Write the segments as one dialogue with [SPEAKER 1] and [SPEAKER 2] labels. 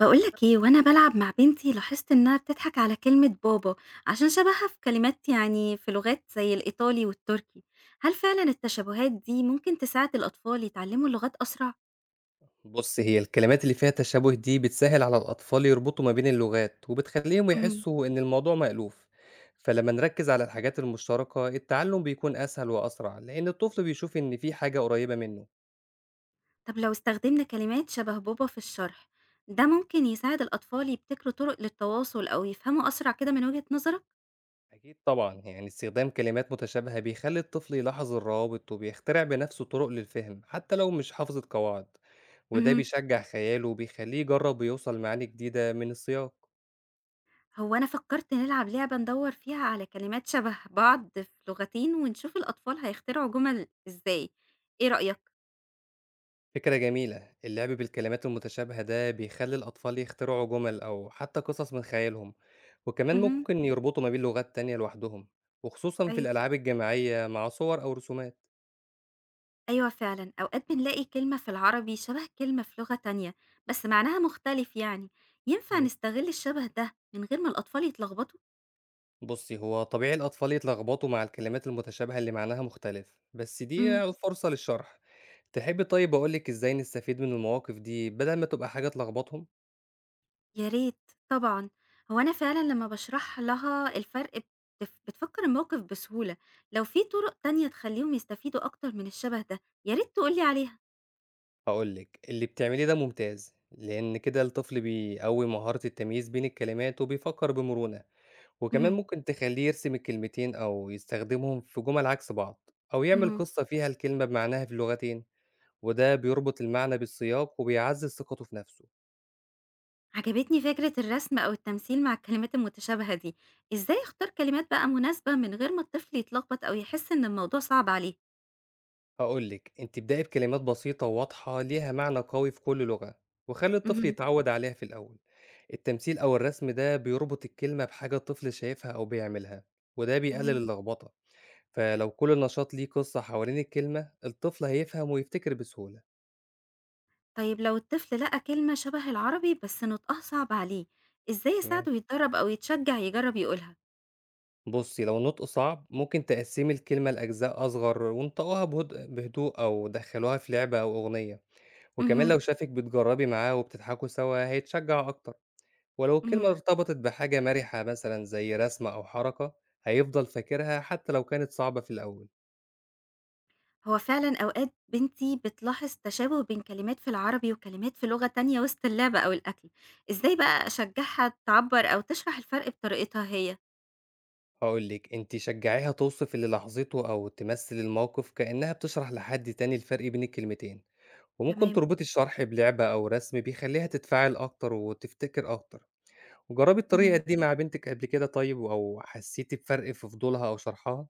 [SPEAKER 1] بقولك ايه، وانا بلعب مع بنتي لاحظت انها بتضحك على كلمة بابا عشان شبهها في كلمات، يعني في لغات زي الايطالي والتركي. هل فعلا التشابهات دي ممكن تساعد الاطفال يتعلموا اللغات اسرع؟
[SPEAKER 2] بُص، هي الكلمات اللي فيها تشابه دي بتسهِّل على الأطفال يربطوا ما بين اللغات، وبتخلّيهم
[SPEAKER 1] مم.
[SPEAKER 2] يحسّوا إن الموضوع مألوف، فلمّا نركّز على الحاجات المشتركة، التعلُّم بيكون أسهل وأسرع، لإن الطفل بيشوف إن في حاجة قريّبة منّه.
[SPEAKER 1] طب لو استخدمنا كلمات شبه بابا في الشرح ده ممكن يساعد الاطفال يبتكروا طرق للتواصل او يفهموا اسرع كده من وجهة نظرك؟
[SPEAKER 2] أكيد طبعًا، يعني استخدام كلمات متشابهة بيخلّي الطفل يلاحظ الروابط، وبيخترع بنَفْسه طُرق للفهم، حتى لو مش حافظ القواعد، وده
[SPEAKER 1] مهم.
[SPEAKER 2] بيشجّع خياله وبيخلّيه يجرّب ويوصل لمعاني جديدة من السياق.
[SPEAKER 1] هو انا فكرت نلعب لعبة ندور فيها على كلمات شبه بعض في لغتين ونشوف الاطفال هيخترعوا جمل ازاي. ايه رأيك؟
[SPEAKER 2] فكرة جميلة، اللعب بالكلمات المتشابهة ده بيخلي الأطفال يخترعوا جمل أو حتى قصص من خيالهم، وكمان
[SPEAKER 1] مهم.
[SPEAKER 2] ممكن يربطوا ما بين لغات تانية لوحدهم، وخصوصا في
[SPEAKER 1] ايوه.
[SPEAKER 2] الألعاب الجماعية مع صور أو رسومات.
[SPEAKER 1] أيوه فعلًا، أوقات بنلاقي كلمة في العربي شبه كلمة في لغة تانية، بس معناها مختلف يعني، ينفع
[SPEAKER 2] مم.
[SPEAKER 1] نستغل الشبه ده من غير ما الأطفال يتلخبطوا؟
[SPEAKER 2] بصي، هو طبيعي الأطفال يتلخبطوا مع الكلمات المتشابهة اللي معناها مختلف، بس
[SPEAKER 1] امم.
[SPEAKER 2] دي فرصة للشرح. تحبي طيب أقولك إزاي نستفيد من المواقف دي بدل ما تبقى حاجة تلخبطهم؟
[SPEAKER 1] يا ريت، طبعًا، هو أنا فعلًا لمّا باشرح لها الفرق بتفكّر الموقف بسهولة، لو في طرق تانية تخلّيهم يستفيدوا أكتر من الشبه ده، يا ريت تقول لي عليها.
[SPEAKER 2] هقولك، اللي بتعمليه ده ممتاز، لأن كده الطفل بيقوي مهارة التمييز بين الكلمات وبيفكر بمرونة، وكمان
[SPEAKER 1] اهم،
[SPEAKER 2] ممكن تخلّيه يرسم الكلمتين أو يستخدمهم في جُمل عكس بعض، أو يعمل
[SPEAKER 1] اهم.
[SPEAKER 2] قصة فيها الكلمة بمعناها في اللغتين، وده بيربط المعنى بالسياق وبيعزّز ثقته في نفسه.
[SPEAKER 1] عجبتني فكرة الرسم أو التمثيل مع الكلمات المتشابهة دي، إزاي أختار كلمات بقى مناسبة من غير ما الطفل يتلخبط أو يحس إن الموضوع صعب عليه؟
[SPEAKER 2] هاقول لِك أنتِ، ابدئي بكلمات بسيطة وواضحة ليها معنى قوي في كل لغة، وخلّي الطفل
[SPEAKER 1] اهم.
[SPEAKER 2] يتعوّد عليها في الأول. التمثيل أو الرسم ده بيربط الكلمة بحاجة الطفل شايفها أو بيعملها، وده بيقلل
[SPEAKER 1] تمام.
[SPEAKER 2] اللخبطة. فلو كل نشاط ليه قصة حوالين الكلمة، الطفل هيفهم ويفتكر بسهولة.
[SPEAKER 1] طيب لو الطفل لقى كلمة شبه العربي بس نطقها صعب عليه، إزاي
[SPEAKER 2] تمام.
[SPEAKER 1] يساعده يتدرب أو يتشجع يجرب يقولها؟
[SPEAKER 2] بُصّي، لو النطق صعب ممكن تقسّمي الكلمة لأجزاء أصغر وانطقوها بهدوء، أو دخّلوها في لعبة أو أغنية، وكمان
[SPEAKER 1] اهم،
[SPEAKER 2] لو شافِك بتجرّبي معاه وبتضحكوا سوا هيتشجّع أكتر، ولو الكلمة
[SPEAKER 1] اهم.
[SPEAKER 2] ارتبطت بحاجة مَرِحة مثلًا زي رسمة أو حركة هيفضل فاكرها حتى لو كانت صعبة في الأول.
[SPEAKER 1] هو فعلًا أوقات بنتي بتلاحظ تشابه بين كلمات في العربي وكلمات في لغة تانية وسط اللعب أو الأكل، إزاي بقى أشجعها تعبر أو تشرح الفرق بطريقتها هي؟
[SPEAKER 2] هاقول لِك أنتِ، شجّعيها توصف اللي لاحظته أو تمثّل الموقف كإنّها بتشرح لحد تاني الفرق بين الكلمتين، وممكن
[SPEAKER 1] تمام.
[SPEAKER 2] تربطي الشرح بلعبة أو رسم بيخلّيها تتفاعل أكتر وتفتكر أكتر. جرّبي الطريقة
[SPEAKER 1] اهم.
[SPEAKER 2] دي مع بنتِك قبل كده طيب، أو حسّيتِ بفرق في فضولها أو شرحها؟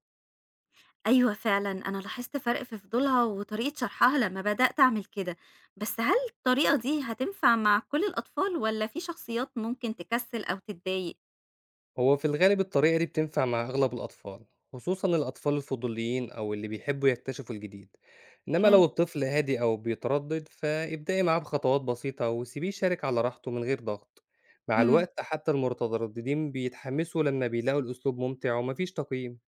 [SPEAKER 1] أيوه فعلًا، أنا لاحظت فرق في فضولها وطريقة شرحها لما بدأت أعمل كده، بس هل الطريقة دي هتنفع مع كل الأطفال والّا في شخصيات ممكن تكسل أو تتضايق؟
[SPEAKER 2] هو في الغالب الطريقة دي بتنفع مع أغلب الأطفال، خصوصًا الأطفال الفضوليين أو اللي بيحبّوا يكتشفوا الجديد، إنّما
[SPEAKER 1] حلو،
[SPEAKER 2] لو الطفل هادي أو بيتردد، فابدئي معاه بخطوات بسيطة وسيبيه يشارك على راحته من غير ضغط، مع
[SPEAKER 1] اهم.
[SPEAKER 2] الوقت حتّى المترددين بيتحمّسوا لمّا بيلاقوا الأسلوب ممتع وما فيش تقييم.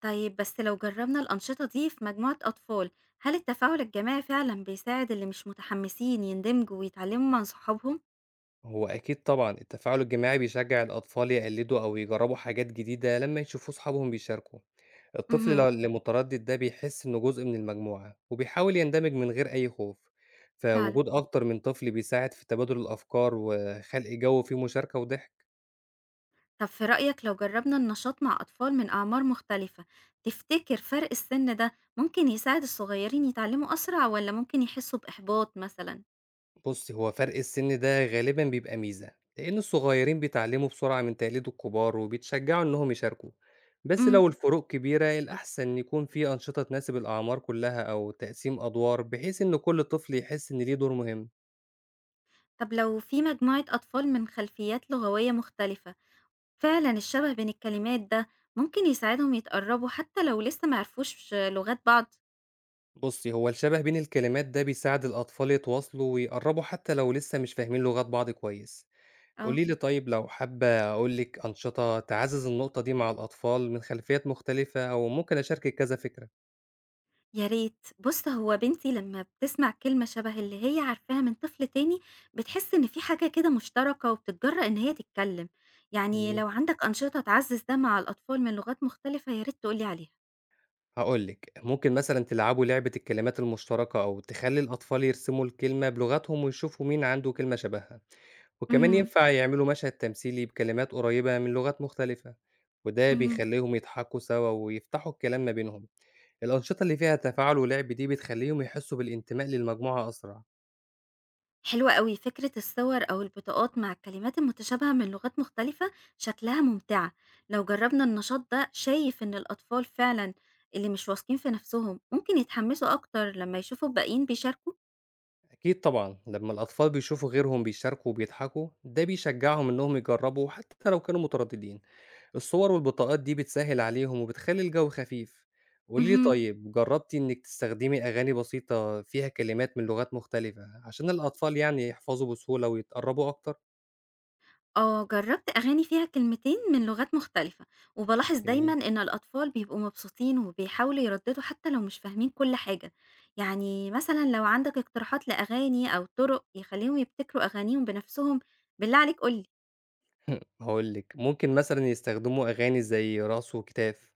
[SPEAKER 1] طيب بس لو جرّبنا الأنشطة دي في مجموعة أطفال، هل التفاعل الجماعي فعلًا بيساعد اللي مش متحمسين يندمجوا ويتعلموا مع صحابهم؟
[SPEAKER 2] هو أكيد طبعًا التفاعل الجماعي بيشجّع الأطفال يقلّدوا أو يجرّبوا حاجات جديدة لمّا يشوفوا صحابهم بيشاركوا. الطفل لو
[SPEAKER 1] اهم،
[SPEAKER 2] اللي متردد ده بيحس إنه جزء من المجموعة وبيحاول يندمج من غير أي خوف،
[SPEAKER 1] فعلًا.
[SPEAKER 2] فوجود أكتر من طفل بيساعد في تبادل الأفكار وخلق جو فيه مشاركة وضحك.
[SPEAKER 1] طب في رأيك لو جرّبنا النشاط مع أطفال من أعمار مختلفة، تفتكر فرق السن ده ممكن يساعد الصغيّرين يتعلموا أسرع والّا ممكن يحسوا بإحباط مثلًا؟
[SPEAKER 2] بص هو فرق السن ده غالبا بيبقى ميزة لأن الصغيرين بيتعلموا بسرعة من تقليد الكبار وبيتشجعوا إنهم يشاركوا بس
[SPEAKER 1] إمم.
[SPEAKER 2] لو الفروق كبيرة الأحسن يكون في أنشطة تناسب الأعمار كلها أو تقسيم أدوار بحيث إن كل طفل يحس إن ليه دور مهم
[SPEAKER 1] طب لو في مجموعة أطفال من خلفيات لغوية مختلفة، فعلا الشبه بين الكلمات ده ممكن يساعدهم يتقربوا حتى لو لسه معرفوش لغات بعض.
[SPEAKER 2] بُصّي، هو الشَبَه بين الكلمات ده بيساعد الأطفال يتواصلوا ويقرّبوا حتى لو لسه مش فاهمين لغات بعض كويس.
[SPEAKER 1] اه.
[SPEAKER 2] قولي لي طيب، لو حابة أقول لِك أنشطة تعزّز النقطة دي مع الأطفال من خلفيات مختلفة، أو ممكن أشاركِك كذا فكرة.
[SPEAKER 1] يا ريت، بص هو بنتي لما بتسمع كلمة شبه اللي هي عارفاها من طفل تاني بتحس إن في حاجة كده مشتركة وبتتجرأ إن هي تتكلم، يعني
[SPEAKER 2] جميل.
[SPEAKER 1] لو عندك أنشطة تعزز ده مع الأطفال من لغات مختلفة يا ريت تقولي عليها.
[SPEAKER 2] هاقول لِك، ممكن مثلًا تلعبوا لعبة الكلمات المشتركة أو تخلّي الأطفال يرسموا الكلمة بلغتهم ويشوفوا مين عنده كلمة شبهها، وكمان
[SPEAKER 1] مهم.
[SPEAKER 2] ينفع يعملوا مشهد تمثيلي بكلمات قريّبة من لغات مختلفة، وده
[SPEAKER 1] مهم.
[SPEAKER 2] بيخلّيهم يضحكوا سوا ويفتحوا الكلام ما بينهم. الأنشطة اللي فيها تفاعل ولعب دي بتخلّيهم يحسّوا بالانتماء للمجموعة أسرع،
[SPEAKER 1] حلوة أوي، فكرة الصور أو البطاقات مع الكلمات المتشابهة من لغات مختلفة شكلها ممتعة، لو جربنا النشاط ده شايف إن الأطفال فعلًا اللي مش واثقين في نفسهم ممكن يتحمسوا أكتر لما يشوفوا الباقيين بيشاركوا؟
[SPEAKER 2] أكيد طبعًا لمّا الأطفال بيشوفوا غيرهم بيشاركوا وبيضحكوا ده بيشجعهم إنهم يجرّبوا حتى لو كانوا مترددين، الصور والبطاقات دي بتسهّل عليهم وبتخلّي الجو خفيف. قولي لي
[SPEAKER 1] مهم.
[SPEAKER 2] طيب، جرّبتِ إنِّك تستخدمي أغاني بسيطة فيها كلمات من لغات مختلفة عشان الأطفال يعني يحفظوا بسهولة ويتقرّبوا أكتر؟
[SPEAKER 1] آه، جربت أغاني فيها كلمتين من لغات مختلفة، وبلاحظ دايمًا
[SPEAKER 2] جميل.
[SPEAKER 1] إن الأطفال بيبقوا مبسوطين وبيحاولوا يرددوا حتى لو مش فاهمين كل حاجة، يعني مثلًا لو عندك اقتراحات لأغاني أو طرق يخليهم يبتكروا أغانيهم بنفسهم بالله عليك قولي.
[SPEAKER 2] هاقول لِك، ممكن مثلًا يستخدموا أغاني زي راس وكتاف،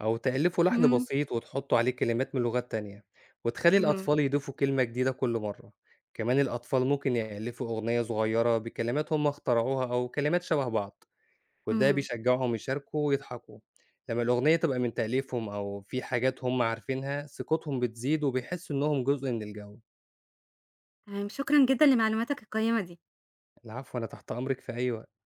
[SPEAKER 2] أو تألفوا لحن
[SPEAKER 1] امم.
[SPEAKER 2] بسيط وتحطوا عليه كلمات من لغات تانية، وتخلي
[SPEAKER 1] اهم،
[SPEAKER 2] الأطفال يضيفوا كلمة جديدة كل مرة، كمان الأطفال ممكن يألفوا أغنية صغيرة بكلمات هم اخترعوها أو كلمات شبه بعض، وده
[SPEAKER 1] اهم،
[SPEAKER 2] بيشجعهم يشاركوا ويضحكوا، لما الأغنية تبقى من تأليفهم أو في حاجات هم عارفينها ثقتهم بتزيد وبيحسوا إنهم جزء من الجو.
[SPEAKER 1] تمام، شكرًا جدًا لمعلوماتك القيّمة دي.
[SPEAKER 2] العفو، أنا تحت أمرِك في أي وقت.